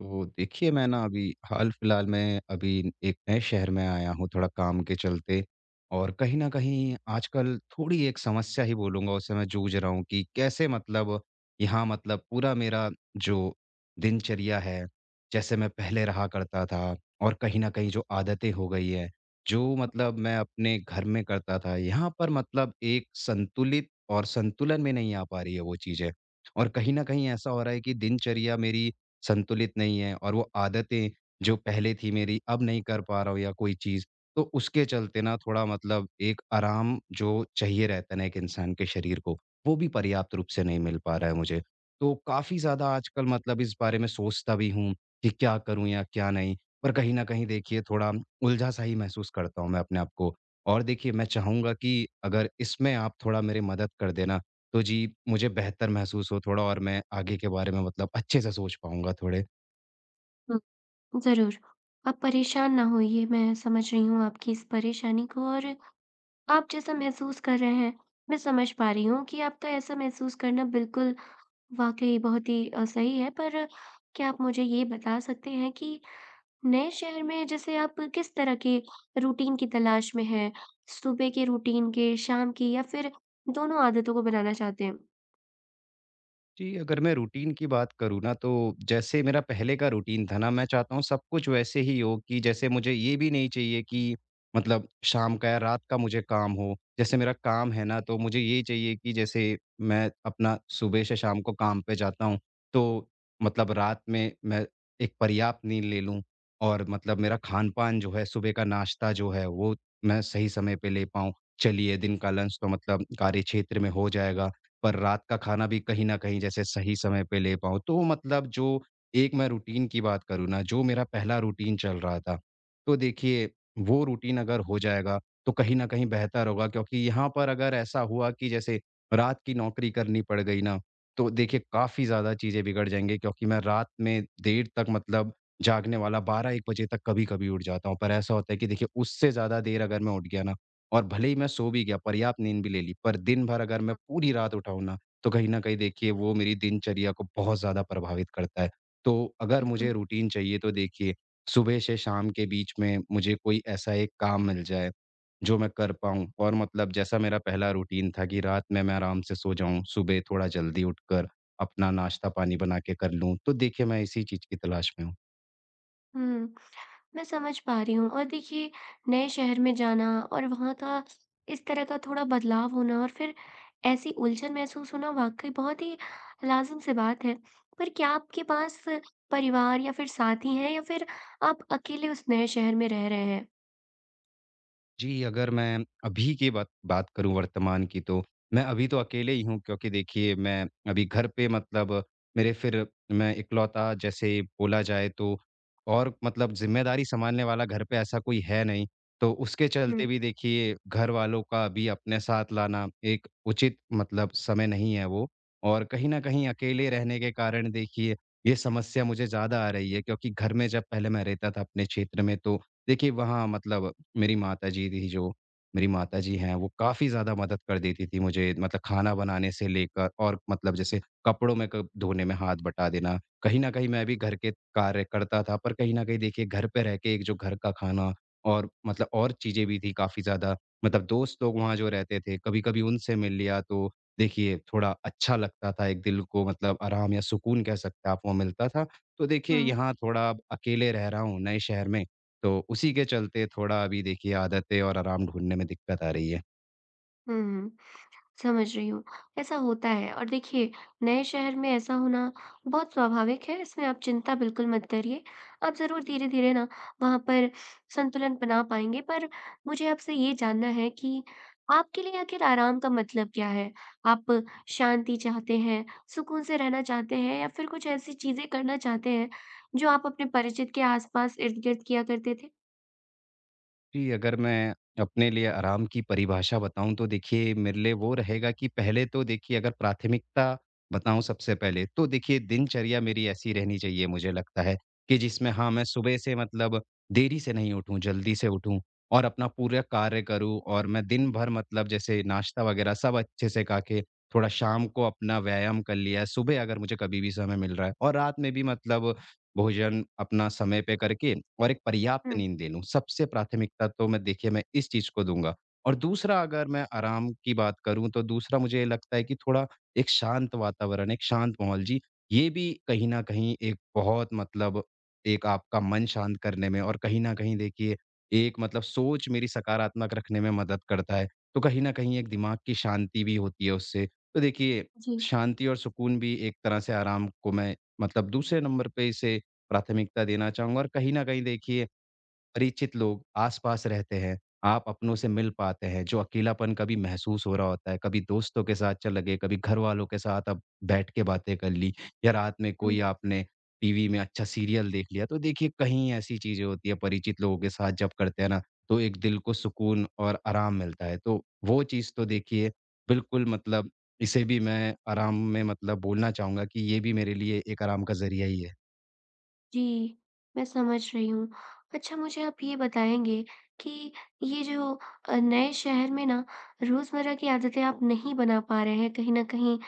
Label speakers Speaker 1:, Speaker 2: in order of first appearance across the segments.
Speaker 1: तो देखिए मैं ना अभी हाल-फिलहाल में अभी एक नए शहर में आया हूँ थोड़ा काम के चलते। और कहीं न कहीं आजकल थोड़ी एक समस्या ही बोलूँगा उससे मैं जूझ रहा हूँ कि कैसे, यहाँ पूरा मेरा जो दिनचर्या है, जैसे मैं पहले रहा करता था और कहीं न कहीं जो आदतें हो गई हैं, जो मैं अपने घर में करता था, यहाँ पर एक संतुलित और संतुलन में नहीं आ पा रही है वो चीज़ें। और कहीं न कहीं ऐसा हो रहा है कि दिनचर्या मेरी संतुलित नहीं है और वो आदतें जो पहले थी मेरी अब नहीं कर पा रहा हूँ या कोई चीज़, तो उसके चलते ना थोड़ा एक आराम जो चाहिए रहता है ना एक इंसान के शरीर को, वो भी पर्याप्त रूप से नहीं मिल पा रहा है मुझे। तो काफ़ी ज़्यादा आजकल इस बारे में सोचता भी हूँ कि क्या करूँ या क्या नहीं? पर कहीं न कहीं देखिए थोड़ा उलझा-सा ही महसूस करता हूँ मैं अपने आप को। और देखिए मैं चाहूँगा कि अगर इसमें आप थोड़ा मेरी मदद कर दें ना, तो जी, मुझे बेहतर महसूस हो थोड़ा और मैं आगे के बारे में अच्छे से सोच पाऊँगा थोड़े।
Speaker 2: हुँ, ज़रूर। आप परेशान ना होइए, मैं समझ रही हूँ आपकी इस परेशानी को और आप जैसा महसूस कर रहे हैं, मैं समझ पा रही हूँ कि आपका ऐसा महसूस करना बिल्कुल वाक़ई बहुत ही सही है। पर क्या आप मुझे ये बता सकते हैं कि नए शहर में जैसे आप किस तरह के रूटीन की तलाश में हैं? सुबह के रूटीन के, शाम की या फिर दोनों आदतों को बनाना चाहते हैं?
Speaker 1: जी, अगर मैं रूटीन की बात करूँ ना तो जैसे मेरा पहले का रूटीन था ना, मैं चाहता हूँ सब कुछ वैसे ही हो कि जैसे मुझे ये भी नहीं चाहिए कि शाम का या रात का मुझे काम हो। जैसे मेरा काम है ना तो मुझे ये चाहिए कि जैसे मैं अपना सुबह से शाम को काम पे जाता हूँ, तो रात में मैं एक पर्याप्त नींद ले लूँ और मेरा खान-पान जो है, सुबह का नाश्ता जो है वो मैं सही समय पे ले पाऊँ। चलिए दिन का लंच तो कार्य क्षेत्र में हो जाएगा। पर रात का खाना भी कहीं न कहीं जैसे सही समय पे ले पाऊँ। तो जो एक मैं रूटीन की बात करूँ ना, जो मेरा पहला रूटीन चल रहा था, तो देखिए वो रूटीन अगर हो जाएगा, तो कहीं न कहीं बेहतर होगा क्योंकि यहाँ पर अगर ऐसा हुआ कि जैसे रात की नौकरी करनी पड़ गई ना, तो देखिए काफ़ी ज़्यादा चीज़ें बिगड़ जाएँगी क्योंकि मैं रात में देर तक जागने वाला 12-1 बजे तक कभी-कभी उठ जाता हूँ। पर ऐसा होता है कि देखिए उससे ज़्यादा देर अगर मैं उठ गया ना, और भले ही मैं सो भी गया, पर्याप्त नींद भी ले ली, पर दिन भर अगर मैं पूरी रात उठा हूँ ना, तो कहीं न कहीं देखिए वो मेरी दिनचर्या को बहुत ज़्यादा प्रभावित करता है। तो अगर
Speaker 2: बिल्कुल।
Speaker 1: मुझे रूटीन चाहिए तो देखिए, सुबह से शाम के बीच में मुझे कोई ऐसा एक काम मिल जाए, जो मैं कर पाऊँ और जैसा मेरा पहला रूटीन था कि रात में मैं आराम से सो जाऊँ, सुबह थोड़ा जल्दी उठकर अपना नाश्ता-पानी बना के कर लूँ, तो देखिए मैं इसी चीज़ की तलाश में हूँ।
Speaker 2: हुँ। मैं समझ पा रही हूँ और देखिए नए शहर में जाना और वहाँ का इस तरह का थोड़ा बदलाव होना और फिर ऐसी उलझन महसूस होना वाक़ई बहुत ही लाज़िम सी बात है। पर क्या आपके पास परिवार या फिर साथी हैं या फिर आप अकेले उस नए शहर में रह रहे हैं?
Speaker 1: जी, अगर मैं अभी की बात बात करूँ वर्तमान की तो, मैं अभी तो अकेले ही हूँ क्योंकि देखिए मैं अभी घर पे मेरे फिर मैं इकलौता जैसे बोला जाए तो और ज़िम्मेदारी सँभालने वाला घर पे ऐसा कोई है नहीं। तो उसके
Speaker 2: हुँ।
Speaker 1: चलते भी देखिए घरवालों का भी अपने साथ लाना एक उचित समय नहीं है वो। और कहीं न कहीं अकेले रहने के कारण देखिए ये समस्या मुझे ज़्यादा आ रही है क्योंकि घर में जब पहले मैं रहता था अपने क्षेत्र में तो देखिए, वहाँ मेरी माताजी थी जो मेरी माताजी हैं, वो काफ़ी ज़्यादा मदद कर देती थी मुझे खाना बनाने से लेकर और जैसे कपड़ों में क धोने में हाथ बटा देना। कहीं न कहीं मैं भी घर के कार्य करता था, पर कहीं न कहीं देखिए घर पे रह के एक जो घर का खाना और और चीज़ें भी थी काफ़ी ज़्यादा। दोस्त लोग वहाँ जो रहते थे, कभी-कभी उनसे मिल लिया तो देखिए थोड़ा अच्छा लगता था, एक दिल को आराम या सुकून कह सकते हैं आप, वो मिलता था। तो देखिए
Speaker 2: हाँ।
Speaker 1: यहाँ थोड़ा अब अकेले रह रहा हूँ नए शहर में, तो उसी के चलते थोड़ा अभी देखिए आदतें और आराम ढूँढने में दिक्कत आ रही है।
Speaker 2: हुँ। समझ रही हूँ, ऐसा होता है और देखिए नए शहर में ऐसा होना बहुत स्वाभाविक है, इसमें आप चिंता बिल्कुल मत करिए। आप ज़रूर धीरे-धीरे ना वहाँ पर संतुलन बना पाएँगे। पर मुझे आपसे ये जानना है कि आपके लिए आखिर आराम का मतलब क्या है? आप शांति चाहते हैं, सुकून से रहना चाहते हैं या फिर कुछ ऐसी चीज़ें करना चाहते हैं, जो आप अपने परिचित के आस-पास इर्द-गिर्द किया करते थे?
Speaker 1: जी, अगर मैं अपने लिए आराम की परिभाषा बताऊँ तो देखिए मेरे लिए वो रहेगा कि पहले तो देखिए अगर प्राथमिकता बताऊँ सबसे पहले तो देखिए दिनचर्या मेरी ऐसी रहनी चाहिए मुझे लगता है कि जिसमें हाँ, मैं सुबह से देरी से नहीं उठूँ, जल्दी से उठूँ और अपना पूरा कार्य करूँ और मैं दिन भर जैसे नाश्ता वग़ैरह सब अच्छे से खा के थोड़ा शाम को अपना व्यायाम कर लिया है, सुबह अगर मुझे कभी भी समय मिल रहा है और रात में भी भोजन अपना समय पे करके और एक पर्याप्त
Speaker 2: हुँ,
Speaker 1: नींद ले लूँ। सबसे प्राथमिकता तो मैं देखिए मैं इस चीज़ को दूँगा। और दूसरा अगर मैं आराम की बात करूँ तो दूसरा मुझे ये लगता है कि थोड़ा एक शांत वातावरण, एक शांत माहौल जी, ये भी कहीं न कहीं एक बहुत एक आपका मन शांत करने में और कहीं न कहीं देखिए एक सोच मेरी सकारात्मक रखने में मदद करता है। तो कहीं न कहीं एक दिमाग की शांति भी होती है उससे। तो देखिए
Speaker 2: जी।
Speaker 1: शांति और सुकून भी एक तरह से आराम को मैं दूसरे नंबर पे इसे प्राथमिकता देना चाहूँगा। और कहीं न कहीं देखिए परिचित लोग आस-पास रहते हैं, आप अपनों से मिल पाते हैं, जो अकेलापन कभी महसूस हो रहा होता है, कभी दोस्तों के साथ चले गए, कभी घरवालों के साथ आप बैठ के बातें कर ली या रात में
Speaker 2: हुँ।
Speaker 1: कोई आपने टीवी में अच्छा सीरियल देख लिया, तो देखिए कहीं ऐसी चीज़ें होती है परिचित लोगों के साथ जब करते हैं ना, तो एक दिल को सुकून और आराम मिलता है। तो वो चीज़ तो देखिए बिल्कुल इसे भी मैं आराम में बोलना चाहूँगा कि ये भी मेरे लिए एक आराम का ज़रिया ही है।
Speaker 2: जी, मैं समझ रही हूँ। अच्छा मुझे आप ये बताएँगे कि ये जो नए शहर में ना रोज़मर्रा की आदतें आप नहीं बना पा रहे हैं, कहीं न कहीं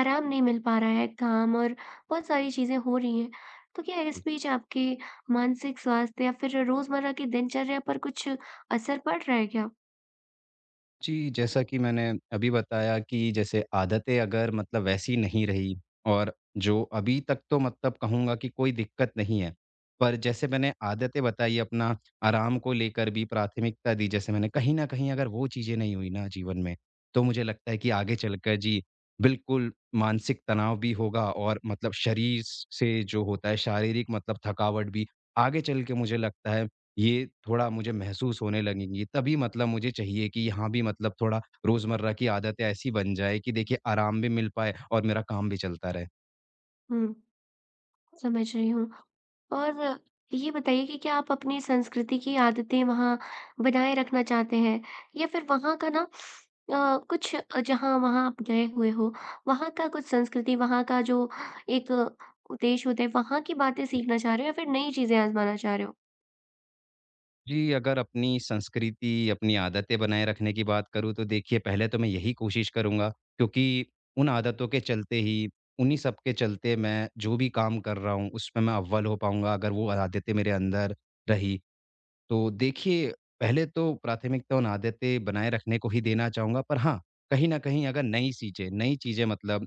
Speaker 2: आराम नहीं मिल पा रहा है, काम और बहुत सारी चीज़ें हो रही हैं। तो क्या इस बीच आपके मानसिक स्वास्थ्य या फिर रोज़मर्रा की दिनचर्या पर कुछ असर पड़ रहा है क्या?
Speaker 1: जी, जैसा कि मैंने अभी बताया कि जैसे आदतें अगर वैसी नहीं रही और जो अभी तक तो कहूँगा कि कोई दिक्कत नहीं है। पर जैसे मैंने आदतें बताई अपना आराम को लेकर भी प्राथमिकता दी जैसे मैंने कहीं न कहीं अगर वो चीज़ें नहीं हुई ना जीवन में, तो मुझे लगता है कि आगे चलकर जी, बिल्कुल मानसिक तनाव भी होगा और शरीर स से जो होता है शारीरिक थकावट भी आगे चल के मुझे लगता है ये थोड़ा मुझे महसूस होने लगेंगी। तभी मुझे चाहिए कि यहाँ भी थोड़ा रोज़मर्रा की आदतें ऐसी बन जाए कि देखिए आराम भी मिल पाए और मेरा काम भी चलता रहे।
Speaker 2: हुँ। समझ रही हूँ। और ये बताइए कि क्या आप अपनी संस्कृति की आदतें वहाँ बनाए रखना चाहते हैं? या फिर वहाँ का ना जहाँ वहाँ आप गए हुए हो, वहाँ का कुछ संस्कृति, वहाँ का जो एक देश होता है, वहाँ की बातें
Speaker 1: जी।
Speaker 2: सीखना चाह रहे हो या फिर नई चीज़ें आज़माना चाह रहे हो?
Speaker 1: जी, अगर अपनी संस्कृति, अपनी आदतें बनाए रखने की बात करूँ तो देखिए पहले तो मैं यही कोशिश करूँगा क्योंकि उन आदतों के चलते ही, उन्हीं सब के चलते मैं जो भी काम कर रहा हूँ उसमें मैं अव्वल हो पाऊँगा अगर वो आदतें मेरे अंदर रही। तो देखिए, पहले तो प्राथमिकता उन आदतें बनाए रखने को ही देना चाहूँगा, पर हाँ, कहीं न कहीं अगर नई चीज़ें नई चीज़ें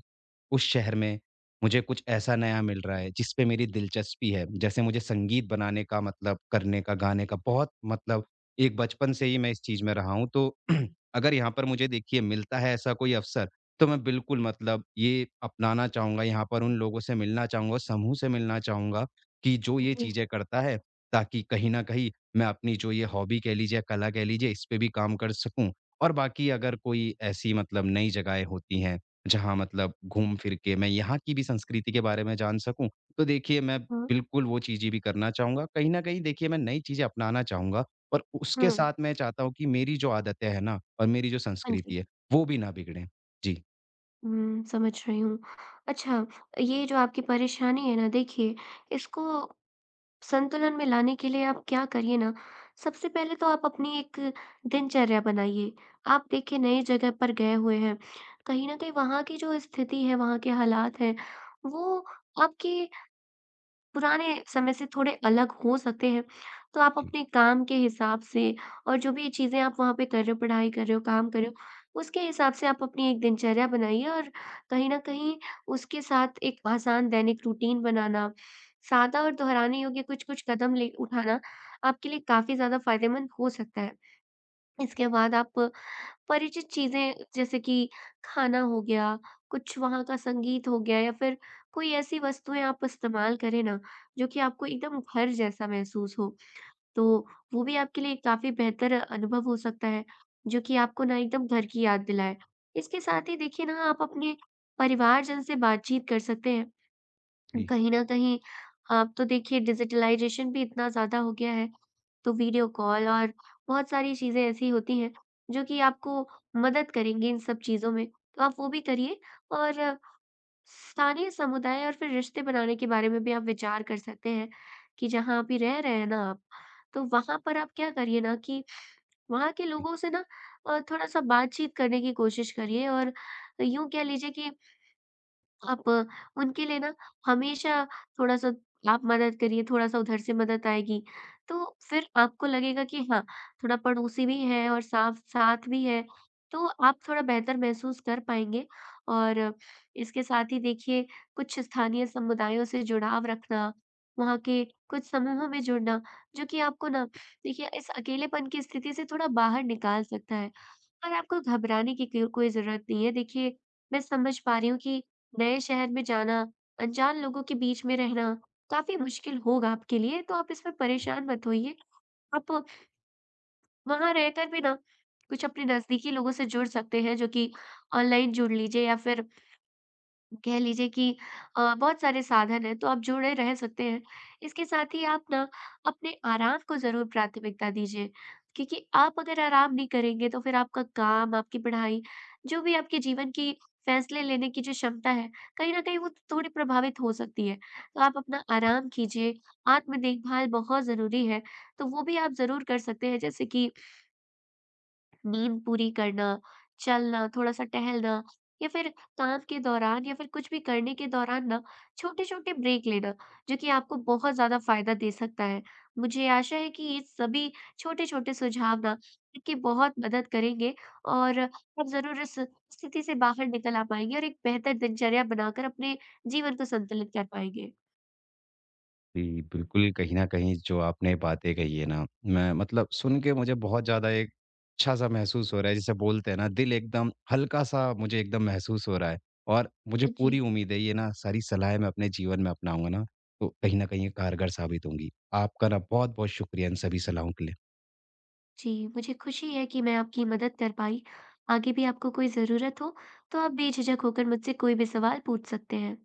Speaker 1: उस शहर में मुझे कुछ ऐसा नया मिल रहा है, जिस पे मेरी दिलचस्पी है। जैसे मुझे संगीत बनाने का करने का, गाने का बहुत एक बचपन से ही मैं इस चीज़ में रहा हूँ, तो अगर यहाँ पर मुझे देखिए मिलता है ऐसा कोई अवसर, तो मैं बिल्कुल ये अपनाना चाहूँगा, यहाँ पर उन लोगों से मिलना चाहूँगा, समूह से मिलना चाहूँगा कि जो ये
Speaker 2: जी।
Speaker 1: चीज़ें करता है, ताकि कहीं न कहीं मैं अपनी जो ये हॉबी कह लीजिए या कला कह लीजिए इस पे भी काम कर सकूँ। और बाकी अगर कोई ऐसी नई जगहें होती हैं, जहाँ घूम फिर के मैं यहाँ की भी संस्कृति के बारे में जान सकूँ, तो देखिए मैं
Speaker 2: हाँ।
Speaker 1: बिल्कुल वो चीज़ें भी करना चाहूँगा। कहीं न कहीं देखिए मैं नई चीज़ें अपनाना चाहूँगा और उसके
Speaker 2: हुँ,
Speaker 1: साथ मैं चाहता हूँ कि मेरी जो आदतें हैं ना और मेरी जो
Speaker 2: हाँ जी।
Speaker 1: संस्कृति है, वो भी ना बिगड़ें। जी,
Speaker 2: हुँ, समझ रही हूँ। अच्छा, ये जो आपकी परेशानी है ना देखिए, इसको संतुलन में लाने के लिए आप क्या करिए ना, सबसे पहले तो आप अपनी एक दिनचर्या बनाइए। आप देखिए नई जगह पर गए हुए हैं, कहीं न कहीं वहाँ की जो स्थिति है, वहाँ के हालात हैं, वो आपकी पुराने समय से थोड़े अलग हो सकते हैं। तो आप
Speaker 1: जी,
Speaker 2: अपने काम के हिसाब से और जो भी चीज़ें आप वहाँ पे कर रहे हो, पढ़ाई कर रहे हो, काम कर रहे हो, उसके हिसाब से आप अपनी एक दिनचर्या बनाइए और कहीं न कहीं उसके साथ एक आसान दैनिक रूटीन बनाना, सादा और दोहराने योग्य कुछ-कुछ कदम ले उठाना आपके लिए काफ़ी ज़्यादा फ़ायदेमंद हो सकता है। इसके बाद आप परिचित चीज़ें जैसे कि खाना हो गया, कुछ वहाँ का संगीत हो गया या फिर कोई ऐसी वस्तुएँ आप इस्तेमाल करें ना, जो कि आपको एकदम घर जैसा महसूस हो। तो वो भी आपके लिए काफ़ी बेहतर अनुभव हो सकता है, जो कि आपको ना एकदम घर की याद दिलाए। इसके साथ ही देखिए ना आप अपने परिवारजन से बातचीत कर सकते हैं।
Speaker 1: जी।
Speaker 2: कहीं न कहीं अब तो देखिए डिजिटलाइज़ेशन भी इतना ज़्यादा हो गया है, तो वीडियो कॉल और बहुत सारी चीज़ें ऐसी होती हैं, जो कि आपको मदद करेंगी इन सब चीज़ों में। तो आप वो भी करिए और स्थानीय समुदाय और फिर रिश्ते बनाने के बारे में भी आप विचार कर सकते हैं, कि जहाँ अभी रह रहे हैं ना आप, तो वहाँ पर आप क्या करिए ना कि वहाँ के लोगों से ना थोड़ा-सा बातचीत करने की कोशिश करिए और यूँ कह लीजिए कि आप उनके लिए ना हमेशा थोड़ा-सा आप मदद करिए, थोड़ा-सा उधर से मदद आएगी। तो फिर आपको लगेगा कि हाँ, थोड़ा पड़ोसी भी है और साफ साथ भी है, तो आप थोड़ा बेहतर महसूस कर पाएँगे। और इसके साथ ही देखिए कुछ स्थानीय समुदायों से जुड़ाव रखना, वहाँ के कुछ समूहों में जुड़ना, जो कि आपको ना देखिए इस अकेलेपन की स्थिति से थोड़ा बाहर निकाल सकता है। और आपको घबराने की क कोई ज़रूरत नहीं है। देखिए, मैं समझ पा रही हूँ कि नए शहर में जाना, अनजान लोगों के बीच में रहना काफ़ी मुश्किल होगा आपके लिए, तो आप इसमें परेशान मत होइए। आप वहाँ रहकर भी ना कुछ अपने नज़दीकी लोगों से जुड़ सकते हैं, जो कि ऑनलाइन जुड़ लीजिए या फिर कह लीजिए कि बहुत सारे साधन हैं, तो आप जुड़े रह सकते हैं। इसके साथ ही आप ना अपने आराम को ज़रूर प्राथमिकता दीजिए, क्योंकि आप अगर आराम नहीं करेंगे, तो फिर आपका काम, आपकी पढ़ाई, जो भी आपके जीवन की फैसले लेने की जो क्षमता है, कहीं न कहीं वो थोड़ी प्रभावित हो सकती है। तो आप अपना आराम कीजिए, आत्म देखभाल बहुत ज़रूरी है, तो वो भी आप ज़रूर कर सकते हैं। जैसे कि नींद पूरी करना, चलना, थोड़ा-सा टहलना या फिर काम के दौरान या फिर कुछ भी करने के दौरान ना छोटे-छोटे ब्रेक लेना, जो कि आपको बहुत ज़्यादा फ़ायदा दे सकता है। मुझे आशा है कि ये सभी छोटे-छोटे सुझाव ना आपकी बहुत मदद करेंगे और आप ज़रूर इस स्थिति से बाहर निकल आ पाएँगे और एक बेहतर दिनचर्या बनाकर अपने जीवन को संतुलित कर पाएँगे।
Speaker 1: जी, बिल्कुल, कहीं न कहीं जो आपने बातें कही है ना, मैं सुन के मुझे बहुत ज़्यादा एक अच्छा-सा महसूस हो रहा है, जिसे बोलते हैं ना दिल एकदम हल्का-सा मुझे एकदम महसूस हो रहा है और मुझे
Speaker 2: हाँ जी।
Speaker 1: पूरी उम्मीद है ये ना सारी सलाहें मैं अपने जीवन में अपनाऊँगा ना, तो कहीं न कहीं ये कारगर साबित होंगी। आपका ना बहुत-बहुत शुक्रिया इन सभी सलाहों के लिए।
Speaker 2: जी, मुझे खुशी है कि मैं आपकी मदद कर पाई। आगे भी आपको कोई ज़रूरत हो, तो आप बेझिझक होकर मुझसे कोई भी सवाल पूछ सकते हैं।